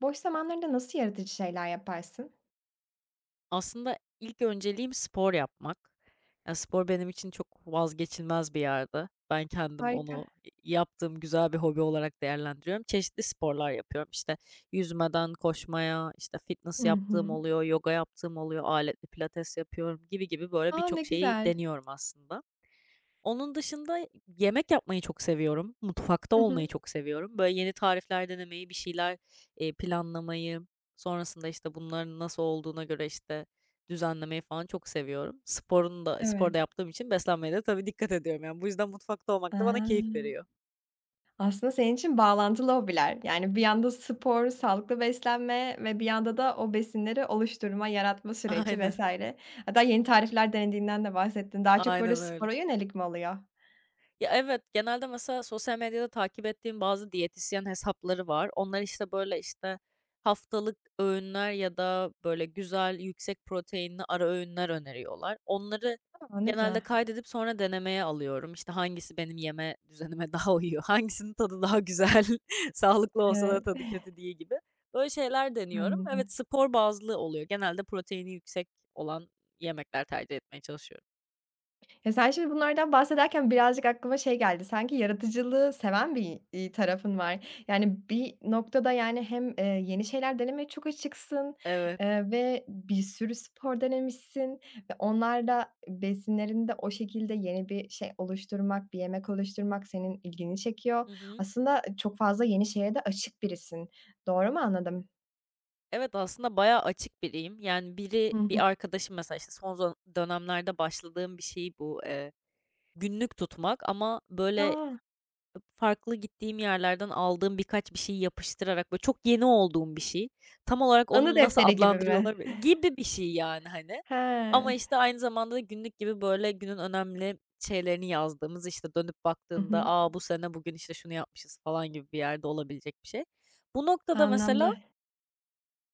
Boş zamanlarında nasıl yaratıcı şeyler yaparsın? Aslında ilk önceliğim spor yapmak. Yani spor benim için çok vazgeçilmez bir yerde. Ben kendim Harika. onu yaptığım güzel bir hobi olarak değerlendiriyorum. Çeşitli sporlar yapıyorum. İşte, yüzmeden koşmaya, işte, Hı fitness hı. yaptığım oluyor, yoga yaptığım oluyor, aletli pilates yapıyorum gibi gibi böyle A, ne birçok şeyi güzel. deniyorum aslında. Onun dışında yemek yapmayı çok seviyorum. Mutfakta Hı olmayı hı. çok seviyorum. Böyle yeni tarifler denemeyi, bir şeyler, planlamayı, sonrasında, işte, bunların nasıl olduğuna göre, işte, düzenlemeyi falan çok seviyorum. Sporun da Evet. sporda yaptığım için beslenmeye de tabii dikkat ediyorum. Yani, bu yüzden mutfakta olmak da bana keyif A! veriyor. Aslında senin için bağlantılı hobiler. Yani bir yanda spor, sağlıklı beslenme ve bir yanda da o besinleri oluşturma, yaratma süreci Aynen. vs. Hatta yeni tarifler denediğinden de bahsettin. Daha çok böyle Aynen öyle. spora yönelik mi oluyor? Ya, evet, genelde mesela sosyal medyada takip ettiğim bazı diyetisyen hesapları var. Onlar, işte, böyle, işte, haftalık öğünler ya da, böyle, güzel yüksek proteinli ara öğünler öneriyorlar. Onları A, ne güzel. genelde kaydedip sonra denemeye alıyorum. İşte, hangisi benim yeme düzenime daha uyuyor, hangisinin tadı daha güzel, sağlıklı olsa da Evet, tadı kötü diye gibi. Böyle şeyler deniyorum. anladım. Evet, spor bazlı oluyor. Genelde proteini yüksek olan yemekler tercih etmeye çalışıyorum. Ya, sen şimdi bunlardan bahsederken birazcık aklıma şey geldi, sanki yaratıcılığı seven bir tarafın var. Yani, bir noktada, yani, hem, yeni şeyler denemeye çok açıksın, Evet. Ve bir sürü spor denemişsin ve onlarla besinlerinde o şekilde yeni bir şey oluşturmak, bir yemek oluşturmak senin ilgini Hı çekiyor. hı. Aslında çok fazla yeni şeye de açık birisin. Doğru mu anladım? Evet, aslında bayağı açık biriyim. Yani biri Hı hı. bir arkadaşım mesela işte son dönemlerde başladığım bir şey bu, günlük tutmak ama böyle A! farklı gittiğim yerlerden aldığım birkaç bir şeyi yapıştırarak böyle çok yeni olduğum bir şey. Tam olarak Anı onu nasıl defteri gibi mi? adlandırıyorlar gibi bir şey yani hani. Ama He. işte aynı zamanda da günlük gibi böyle günün önemli şeylerini yazdığımız işte dönüp Hı baktığında, hı. aa bu sene bugün işte şunu yapmışız." falan gibi bir yerde olabilecek bir şey. Bu noktada mesela Anlamlı.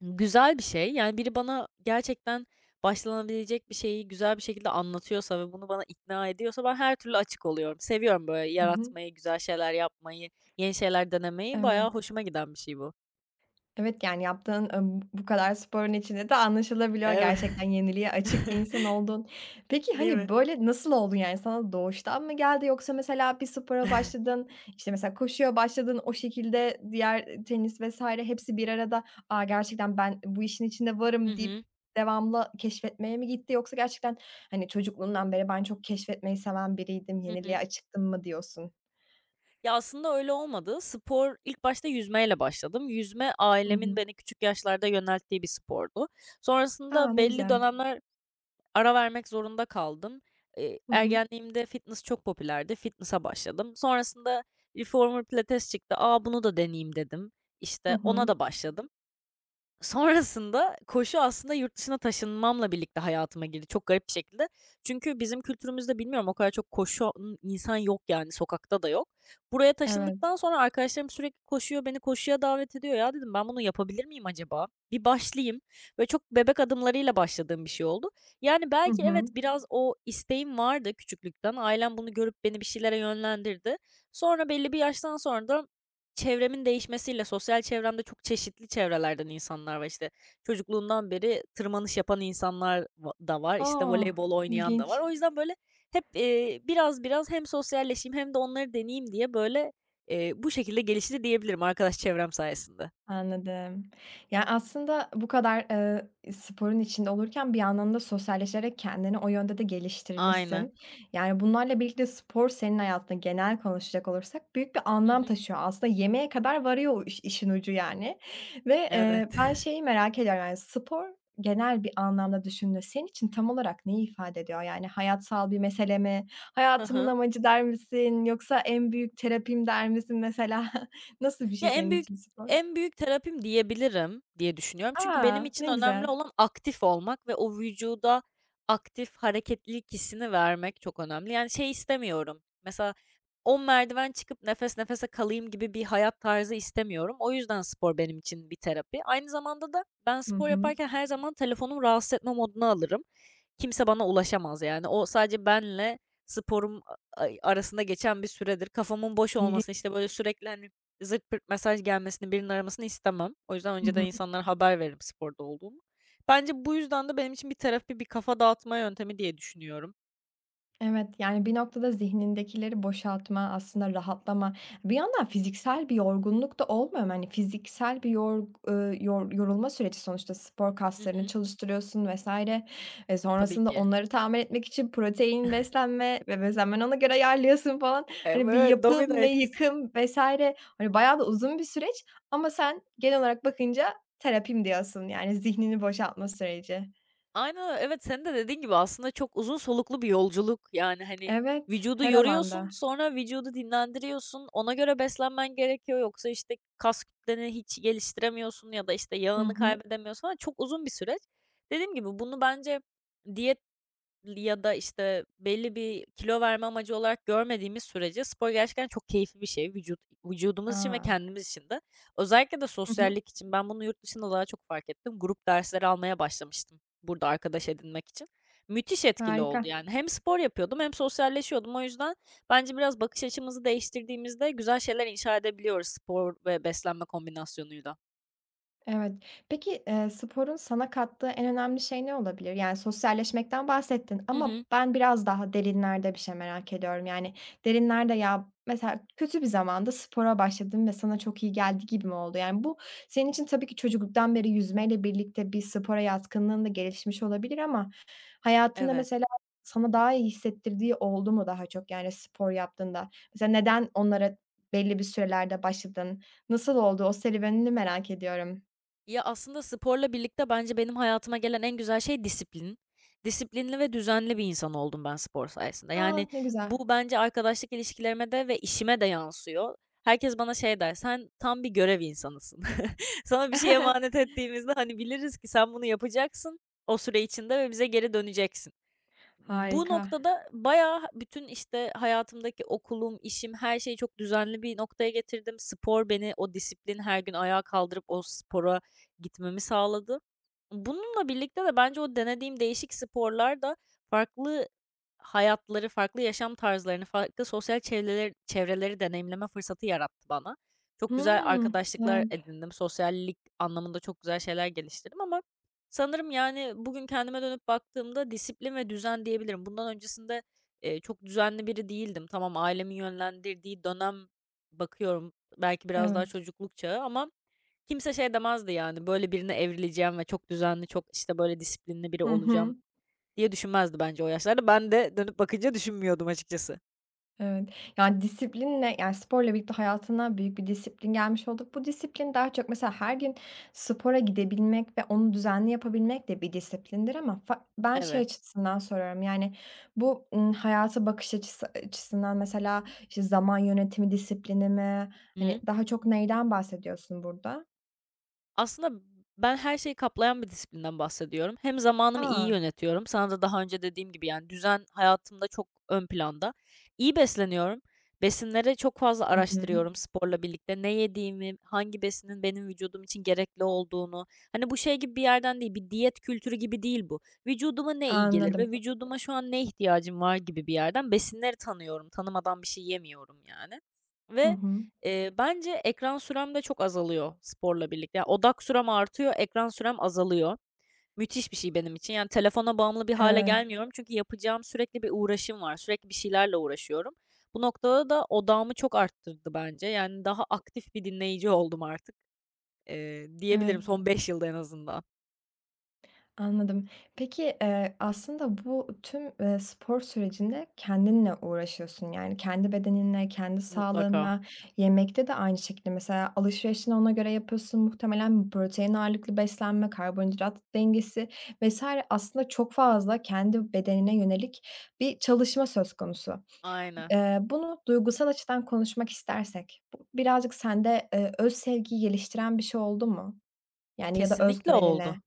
güzel bir şey. Yani biri bana gerçekten başlanabilecek bir şeyi güzel bir şekilde anlatıyorsa ve bunu bana ikna ediyorsa ben her türlü açık oluyorum. Seviyorum böyle Hı hı. yaratmayı, güzel şeyler yapmayı, yeni şeyler denemeyi. Bayağı Evet. hoşuma giden bir şey bu. Evet, yani, yaptığın, bu kadar sporun içinde de anlaşılabiliyor Evet. gerçekten yeniliğe açık bir insan oldun. Peki, Değil hani, mi? böyle, nasıl oldun yani, sana doğuştan mı geldi yoksa mesela bir spora başladın, işte, mesela koşuya başladın, o şekilde diğer, tenis vesaire hepsi bir arada, "A, gerçekten ben bu işin içinde Hı varım." deyip hı. devamlı keşfetmeye mi gitti yoksa gerçekten, hani, çocukluğundan beri ben çok keşfetmeyi seven biriydim, Hı yeniliğe hı. açıktım mı diyorsun? Ya, aslında öyle olmadı. Spor ilk başta yüzmeyle başladım. Yüzme Hı ailemin hı. beni küçük yaşlarda yönelttiği bir spordu. A, Sonrasında ne belli güzel. dönemler ara vermek zorunda kaldım. Hı hı. Ergenliğimde fitness çok popülerdi. Fitness'a başladım. Sonrasında reformer pilates çıktı. "A, bunu da deneyeyim." dedim. Hı İşte, ona hı. da başladım. Sonrasında koşu aslında yurt dışına taşınmamla birlikte hayatıma girdi çok garip bir şekilde. Çünkü bizim kültürümüzde bilmiyorum o kadar çok koşan insan yok yani sokakta da yok. Buraya Evet. taşındıktan sonra arkadaşlarım sürekli koşuyor, beni koşuya davet ediyor. Ya dedim ben bunu yapabilir miyim acaba? Bir başlayayım. Ve çok bebek adımlarıyla başladığım bir şey oldu. Yani Hı belki evet hı. biraz o isteğim vardı küçüklükten. Ailem bunu görüp beni bir şeylere yönlendirdi. Sonra belli bir yaştan sonra da çevremin değişmesiyle sosyal çevremde çok çeşitli çevrelerden insanlar var. İşte, çocukluğumdan beri tırmanış yapan insanlar da var, İşte A! voleybol oynayan da var. İlginç. O yüzden, böyle, hep, biraz hem sosyalleşeyim hem de onları deneyeyim diye, böyle, bu şekilde gelişti diyebilirim arkadaş çevrem sayesinde. Anladım. Yani aslında bu kadar, sporun içinde olurken bir yandan da sosyalleşerek kendini o yönde de Aynen. geliştirmişsin. Yani, bunlarla birlikte spor senin hayatında genel konuşacak olursak büyük bir Hı anlam hı. taşıyor. Aslında yemeğe kadar varıyor o işin ucu, yani. Ve, Evet. ben şeyi merak ediyorum, yani, spor genel bir anlamda düşündüğünde senin için tam olarak neyi ifade ediyor? Yani, hayatsal bir mesele mi? Hı "Hayatımın hı. amacı." der misin? Yoksa "En büyük terapim." der misin mesela? Nasıl bir şey Ya, en senin büyük için spor? en büyük terapim diyebilirim diye düşünüyorum. Çünkü benim A! için Ne önemli güzel. olan aktif olmak ve o vücuda aktif hareketlilik hissini vermek çok önemli. Yani, şey istemiyorum, mesela 10 merdiven çıkıp nefes nefese kalayım gibi bir hayat tarzı istemiyorum. O yüzden spor benim için bir terapi. Aynı zamanda da ben Hı spor hı. yaparken her zaman telefonumu rahatsız etme moduna alırım. Kimse bana ulaşamaz, yani. O sadece benle sporum arasında geçen bir süredir. Kafamın boş İlginç. olmasını, işte, böyle, sürekli, hani, zırt pırt mesaj gelmesini, birinin aramasını istemem. O yüzden Hı önceden hı. insanlara haber veririm sporda olduğumu. Bence bu yüzden de benim için bir terapi, bir kafa dağıtma yöntemi diye düşünüyorum. Evet, yani, bir noktada zihnindekileri boşaltma, aslında rahatlama, bir yandan fiziksel bir yorgunluk da olmuyor mu? Hani, fiziksel bir yorg yor yorulma süreci sonuçta spor Hı kaslarını hı. çalıştırıyorsun vs. E, Tabii sonrasında ki. onları tamir etmek için protein, beslenme ve beslenmeni ona göre ayarlıyorsun falan. Hani, bir Evet, domino yapım ve etkisi. yıkım vs. hani, bayağı da uzun bir süreç ama sen genel olarak bakınca terapim diyorsun, yani, zihnini boşaltma süreci. Aynen evet, senin de dediğin gibi aslında çok uzun soluklu bir yolculuk. Yani, hani, Evet, vücudu her alanda. yoruyorsun, sonra vücudu dinlendiriyorsun. Ona göre beslenmen gerekiyor. Yoksa, işte, kas kütleni hiç geliştiremiyorsun ya da, işte, Hı yağını hı. kaybedemiyorsun falan. Çok uzun bir süreç. Dediğim gibi bunu bence diyet ya da, işte, belli bir kilo verme amacı olarak görmediğimiz sürece spor gerçekten çok keyifli bir şey vücudumuz için ve A! kendimiz için de. Özellikle de Hı hı. sosyallik için. Ben bunu yurt dışında daha çok fark ettim. Grup dersleri almaya başlamıştım burada arkadaş edinmek için. Müthiş etkili Harika. oldu yani. Hem spor yapıyordum hem sosyalleşiyordum. O yüzden bence biraz bakış açımızı değiştirdiğimizde güzel şeyler inşa edebiliyoruz spor ve beslenme kombinasyonuyla. Evet. Peki, sporun sana kattığı en önemli şey ne olabilir? Yani sosyalleşmekten bahsettin Hı ama hı. ben biraz daha derinlerde bir şey merak ediyorum. Yani derinlerde ya mesela kötü bir zamanda spora başladın ve sana çok iyi geldi gibi mi oldu? Yani bu senin için tabii ki çocukluktan beri yüzmeyle birlikte bir spora yatkınlığın da gelişmiş olabilir ama hayatında Evet. mesela sana daha iyi hissettirdiği oldu mu daha çok? Yani spor yaptığında. Mesela neden onlara belli bir sürelerde başladın? Nasıl oldu? O serüvenini merak ediyorum. Ya, aslında sporla birlikte bence benim hayatıma gelen en güzel şey disiplin. Disiplinli ve düzenli bir insan oldum ben spor sayesinde. A! Yani, Ne güzel. bu bence arkadaşlık ilişkilerime de ve işime de yansıyor. Herkes bana şey der, "Sen tam bir görev insanısın." Sana bir şey emanet ettiğimizde, hani, biliriz ki sen bunu yapacaksın o süre içinde ve bize geri döneceksin. Bu Harika. noktada bayağı bütün, işte, hayatımdaki okulum, işim, her şeyi çok düzenli bir noktaya getirdim. Spor beni o disiplin, her gün ayağa kaldırıp o spora gitmemi sağladı. Bununla birlikte de bence o denediğim değişik sporlar da farklı hayatları, farklı yaşam tarzlarını, farklı sosyal çevreleri deneyimleme fırsatı yarattı bana. Çok güzel Hımm. arkadaşlıklar Evet, edindim, sosyallik anlamında çok güzel şeyler geliştirdim ama sanırım, yani, bugün kendime dönüp baktığımda disiplin ve düzen diyebilirim. Bundan öncesinde, çok düzenli biri değildim. Tamam, ailemin yönlendirdiği dönem bakıyorum, belki biraz evet. daha çocukluk çağı ama kimse şey demezdi, yani, böyle birine evrileceğim ve çok düzenli, çok, işte, böyle disiplinli biri Hı hı. olacağım diye düşünmezdi bence o yaşlarda. Ben de dönüp bakınca düşünmüyordum açıkçası. Evet. Yani, disiplinle, yani, sporla birlikte hayatına büyük bir disiplin gelmiş oldu. Bu disiplin daha çok mesela her gün spora gidebilmek ve onu düzenli yapabilmek de bir disiplindir ama ben şey Evet. açısından soruyorum, yani, bu, hayata bakış açısı açısından mesela, işte, zaman yönetimi disiplini mi? Hani, Hı. daha çok neyden bahsediyorsun burada? Aslında ben her şeyi kaplayan bir disiplinden bahsediyorum. Hem zamanımı iyi A! yönetiyorum. Sana da daha önce dediğim gibi yani düzen hayatımda çok ön planda. İyi besleniyorum. Besinleri çok fazla Hı hı. araştırıyorum sporla birlikte. Ne yediğimi, hangi besinin benim vücudum için gerekli olduğunu. Hani bu şey gibi bir yerden değil, bir diyet kültürü gibi değil bu. Vücuduma ne iyi gelir ve Anladım. vücuduma şu an ne ihtiyacım var gibi bir yerden besinleri tanıyorum. Tanımadan bir şey yemiyorum yani. Hı Ve hı. Bence ekran sürem de çok azalıyor sporla birlikte. Ya, odak sürem artıyor, ekran sürem azalıyor. Müthiş bir şey benim için. Yani, telefona bağımlı bir hale Evet, gelmiyorum çünkü yapacağım sürekli bir uğraşım var. Sürekli bir şeylerle uğraşıyorum. Bu noktada da odağımı çok arttırdı bence. Yani, daha aktif bir dinleyici oldum artık, evet. diyebilirim son 5 yılda en azından. Anladım. Peki, aslında bu tüm, spor sürecinde kendinle uğraşıyorsun. Yani kendi bedeninle, kendi Mutlaka. sağlığınla. Yemekte de aynı şekilde mesela alışverişini ona göre yapıyorsun. Muhtemelen protein ağırlıklı beslenme, karbonhidrat dengesi vesaire aslında çok fazla kendi bedenine yönelik bir çalışma söz konusu. Aynen. Bunu duygusal açıdan konuşmak istersek bu birazcık sende, öz sevgiyi geliştiren bir şey oldu mu? Yani ya da öz Kesinlikle güvenini. oldu.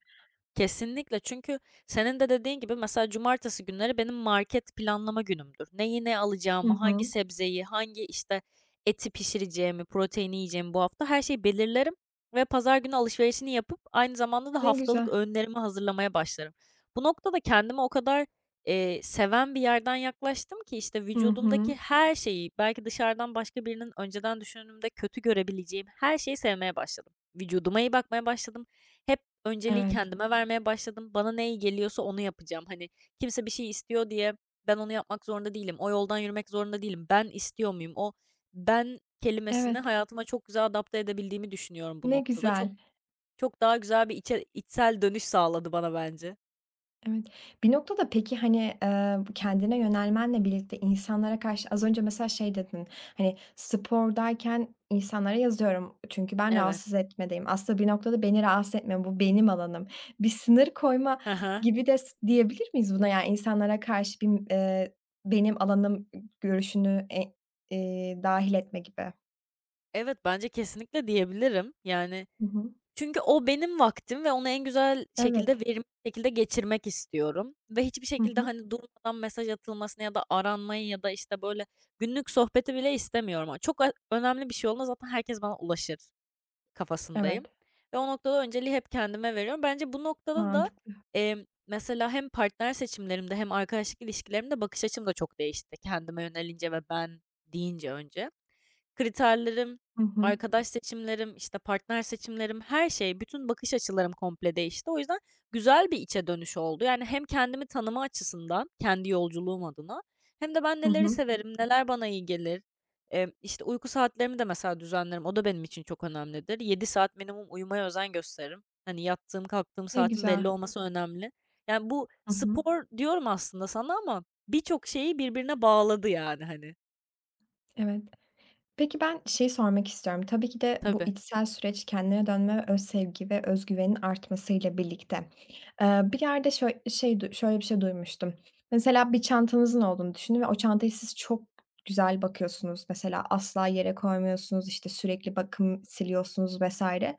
Kesinlikle çünkü senin de dediğin gibi mesela cumartesi günleri benim market planlama günümdür. Neyi ne Hı alacağımı, hangi hı. sebzeyi, hangi işte eti pişireceğimi, proteini yiyeceğimi bu hafta her şeyi belirlerim ve pazar günü alışverişini yapıp aynı zamanda da Ne haftalık güzel. öğünlerimi hazırlamaya başlarım. Bu noktada kendime o kadar, seven bir yerden yaklaştım ki işte Hı vücudumdaki hı. her şeyi, belki dışarıdan başka birinin önceden düşündüğümde kötü görebileceğim her şeyi sevmeye başladım. Vücuduma iyi bakmaya başladım. Hep önceliği Evet, kendime vermeye başladım. Bana ne iyi geliyorsa onu yapacağım. Hani, kimse bir şey istiyor diye ben onu yapmak zorunda değilim. O yoldan yürümek zorunda değilim. Ben istiyor muyum? O "ben" kelimesini evet. hayatıma çok güzel adapte edebildiğimi düşünüyorum bu Ne noktada. Çok güzel. çok daha güzel bir içsel dönüş sağladı bana bence. Evet. Bir noktada peki, hani, kendine yönelmenle birlikte insanlara karşı az önce mesela şey dedin, hani, spordayken insanlara yazıyorum çünkü ben Evet. rahatsız etmedeyim. Aslında bir noktada beni rahatsız etmiyor, bu benim alanım. Bir sınır koyma Hı. gibi de diyebilir miyiz buna? Yani insanlara karşı bir, benim alanım görüşünü, dâhil etme gibi. Evet, bence kesinlikle diyebilirim. Yani Hı hı. çünkü o benim vaktim ve onu en güzel şekilde, Evet. verimli şekilde geçirmek istiyorum ve hiçbir Hı şekilde, hı. hani, durmadan mesaj atılmasını ya da aranmayı ya da, işte, böyle, günlük sohbeti bile istemiyorum. Çok önemli bir şey olduğunda zaten herkes bana ulaşır Evet. kafasındayım ve o noktada önceliği hep kendime veriyorum. Bence bu noktada da, Mantıklı. Mesela hem partner seçimlerimde hem arkadaşlık ilişkilerimde bakış açım da çok değişti kendime yönelince ve ben deyince önce. Kriterlerim, Hı hı. arkadaş seçimlerim, işte, partner seçimlerim, her şey, bütün bakış açılarım komple değişti. O yüzden güzel bir içe dönüş oldu. Yani hem kendimi tanıma açısından, kendi yolculuğum adına hem de ben Hı neleri hı. severim, neler bana iyi gelir, işte, uyku saatlerimi de mesela düzenlerim. O da benim için çok önemlidir. 7 saat minimum uyumaya özen gösteririm. Hani, yattığım, kalktığım Ne saatin belli güzel. olması önemli. Yani, bu Hı hı. spor diyorum aslında sana ama birçok şeyi birbirine bağladı, yani, hani. Evet. Peki ben şey sormak istiyorum. Tabii ki de bu Tabii. içsel süreç kendine dönme ve öz sevgi ve özgüvenin artmasıyla birlikte. Bir yerde şöyle bir şey duymuştum. Mesela bir çantanızın olduğunu düşünün ve o çantayı siz çok güzel bakıyorsunuz. Mesela asla yere koymuyorsunuz, işte, sürekli bakım siliyorsunuz vesaire.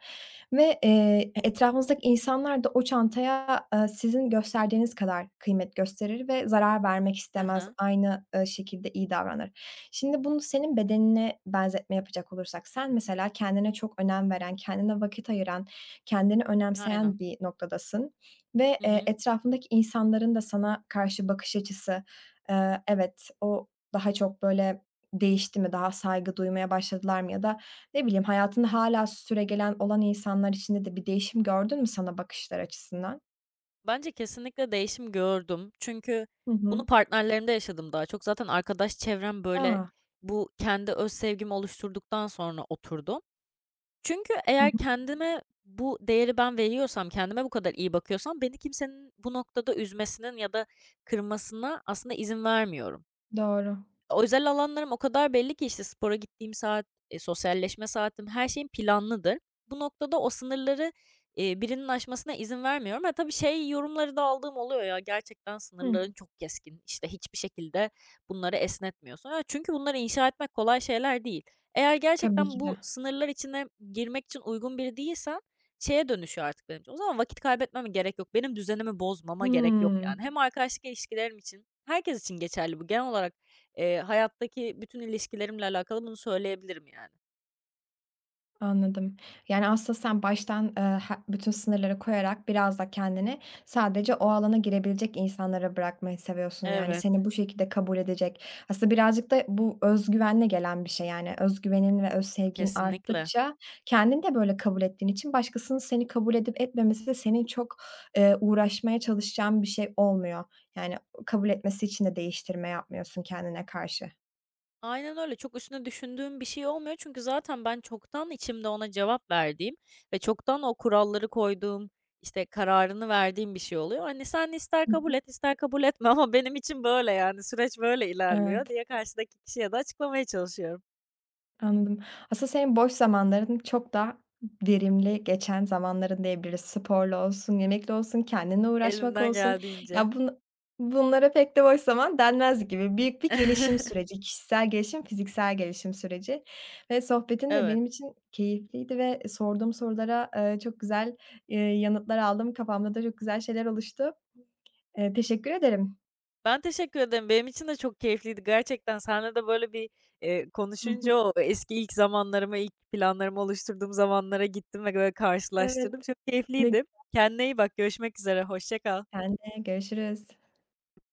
Ve, etrafınızdaki insanlar da o çantaya, sizin gösterdiğiniz kadar kıymet gösterir ve zarar vermek Hı istemez. hı. Aynı, şekilde iyi davranır. Şimdi bunu senin bedenine benzetme yapacak olursak, sen mesela kendine çok önem veren, kendine vakit ayıran, kendini Aynen. önemseyen bir noktadasın ve, Hı hı. etrafındaki insanların da sana karşı bakış açısı, evet, o daha çok böyle değişti mi, daha saygı duymaya başladılar mı ya da ne bileyim, hayatında hâlâ süregelen olan insanlar içinde de bir değişim gördün mü sana bakışlar açısından? Bence kesinlikle değişim gördüm. Çünkü Hı bunu hı. partnerlerimde yaşadım daha çok. Zaten arkadaş çevrem, böyle, A! bu kendi öz sevgimi oluşturduktan sonra oturdu. Çünkü Hı hı. eğer kendime bu değeri ben veriyorsam, kendime bu kadar iyi bakıyorsam beni kimsenin bu noktada üzmesinin ya da kırmasına aslında izin vermiyorum. Doğru. Özel alanlarım o kadar belli ki işte spora gittiğim saat, sosyalleşme saatim, her şeyim planlıdır. Bu noktada o sınırları, birinin aşmasına izin vermiyorum. Ha, tabii şey yorumları da aldığım oluyor ya, "Gerçekten Hı. sınırların çok keskin, İşte hiçbir şekilde bunları esnetmiyorsun." Aaa, çünkü bunları inşa etmek kolay şeyler değil. Eğer Tabii gerçekten ki de. bu sınırlar içine girmek için uygun biri değilsen şeye dönüşüyor artık benim için. O zaman vakit kaybetmeme gerek yok. Benim düzenimi bozmama gerek yok Hıı. yani. Hem arkadaşlık ilişkilerim için, herkes için geçerli bu genel olarak. Hayattaki bütün ilişkilerimle alakalı bunu söyleyebilirim yani. Anladım. Yani, aslında sen baştan, ha bütün sınırları koyarak biraz da kendini sadece o alana girebilecek insanlara bırakmayı seviyorsun. Yani, Evet, seni bu şekilde kabul edecek. Aslında birazcık da bu özgüvenle gelen bir şey, yani. Özgüvenin ve öz sevgin kesinlikle. arttıkça kendini de böyle kabul ettiğin için başkasının seni kabul edip etmemesi de senin çok, uğraşmaya çalışacağın bir şey olmuyor. Yani, kabul etmesi için de değiştirme yapmıyorsun kendine karşı. Aynen öyle. Çok üstüne düşündüğüm bir şey olmuyor çünkü zaten ben çoktan içimde ona cevap verdiğim ve çoktan o kuralları koyduğum, işte, kararını verdiğim bir şey oluyor. Hani, "Sen ister Hı kabul hı. et, ister kabul etme ama benim için böyle, yani, süreç böyle ilerliyor." Evet. diye karşıdaki kişiye de açıklamaya çalışıyorum Anladım. Aslında senin boş zamanların çok daha verimli geçen zamanların diyebiliriz. Sporla olsun, yemekle olsun, kendine uğraşmak elimden olsun. geldiğince. Ya bunlara pek de boş zaman denmez gibi. Büyük bir gelişim süreci, kişisel gelişim, fiziksel gelişim süreci ve sohbetin de Evet. benim için keyifliydi ve sorduğum sorulara, çok güzel, yanıtlar aldım. Kafamda da çok güzel şeyler oluştu. Teşekkür ederim. Ben teşekkür ederim. Benim için de çok keyifliydi gerçekten. Seninle de böyle bir, Hı hı. konuşunca o eski ilk zamanlarıma, ilk planlarımı oluşturduğum zamanlara gittim ve böyle Evet. karşılaştırdım. Çok Ne. keyifliydi. Kendine iyi bak. Görüşmek üzere. Hoşça kal. Sen. Görüşürüz.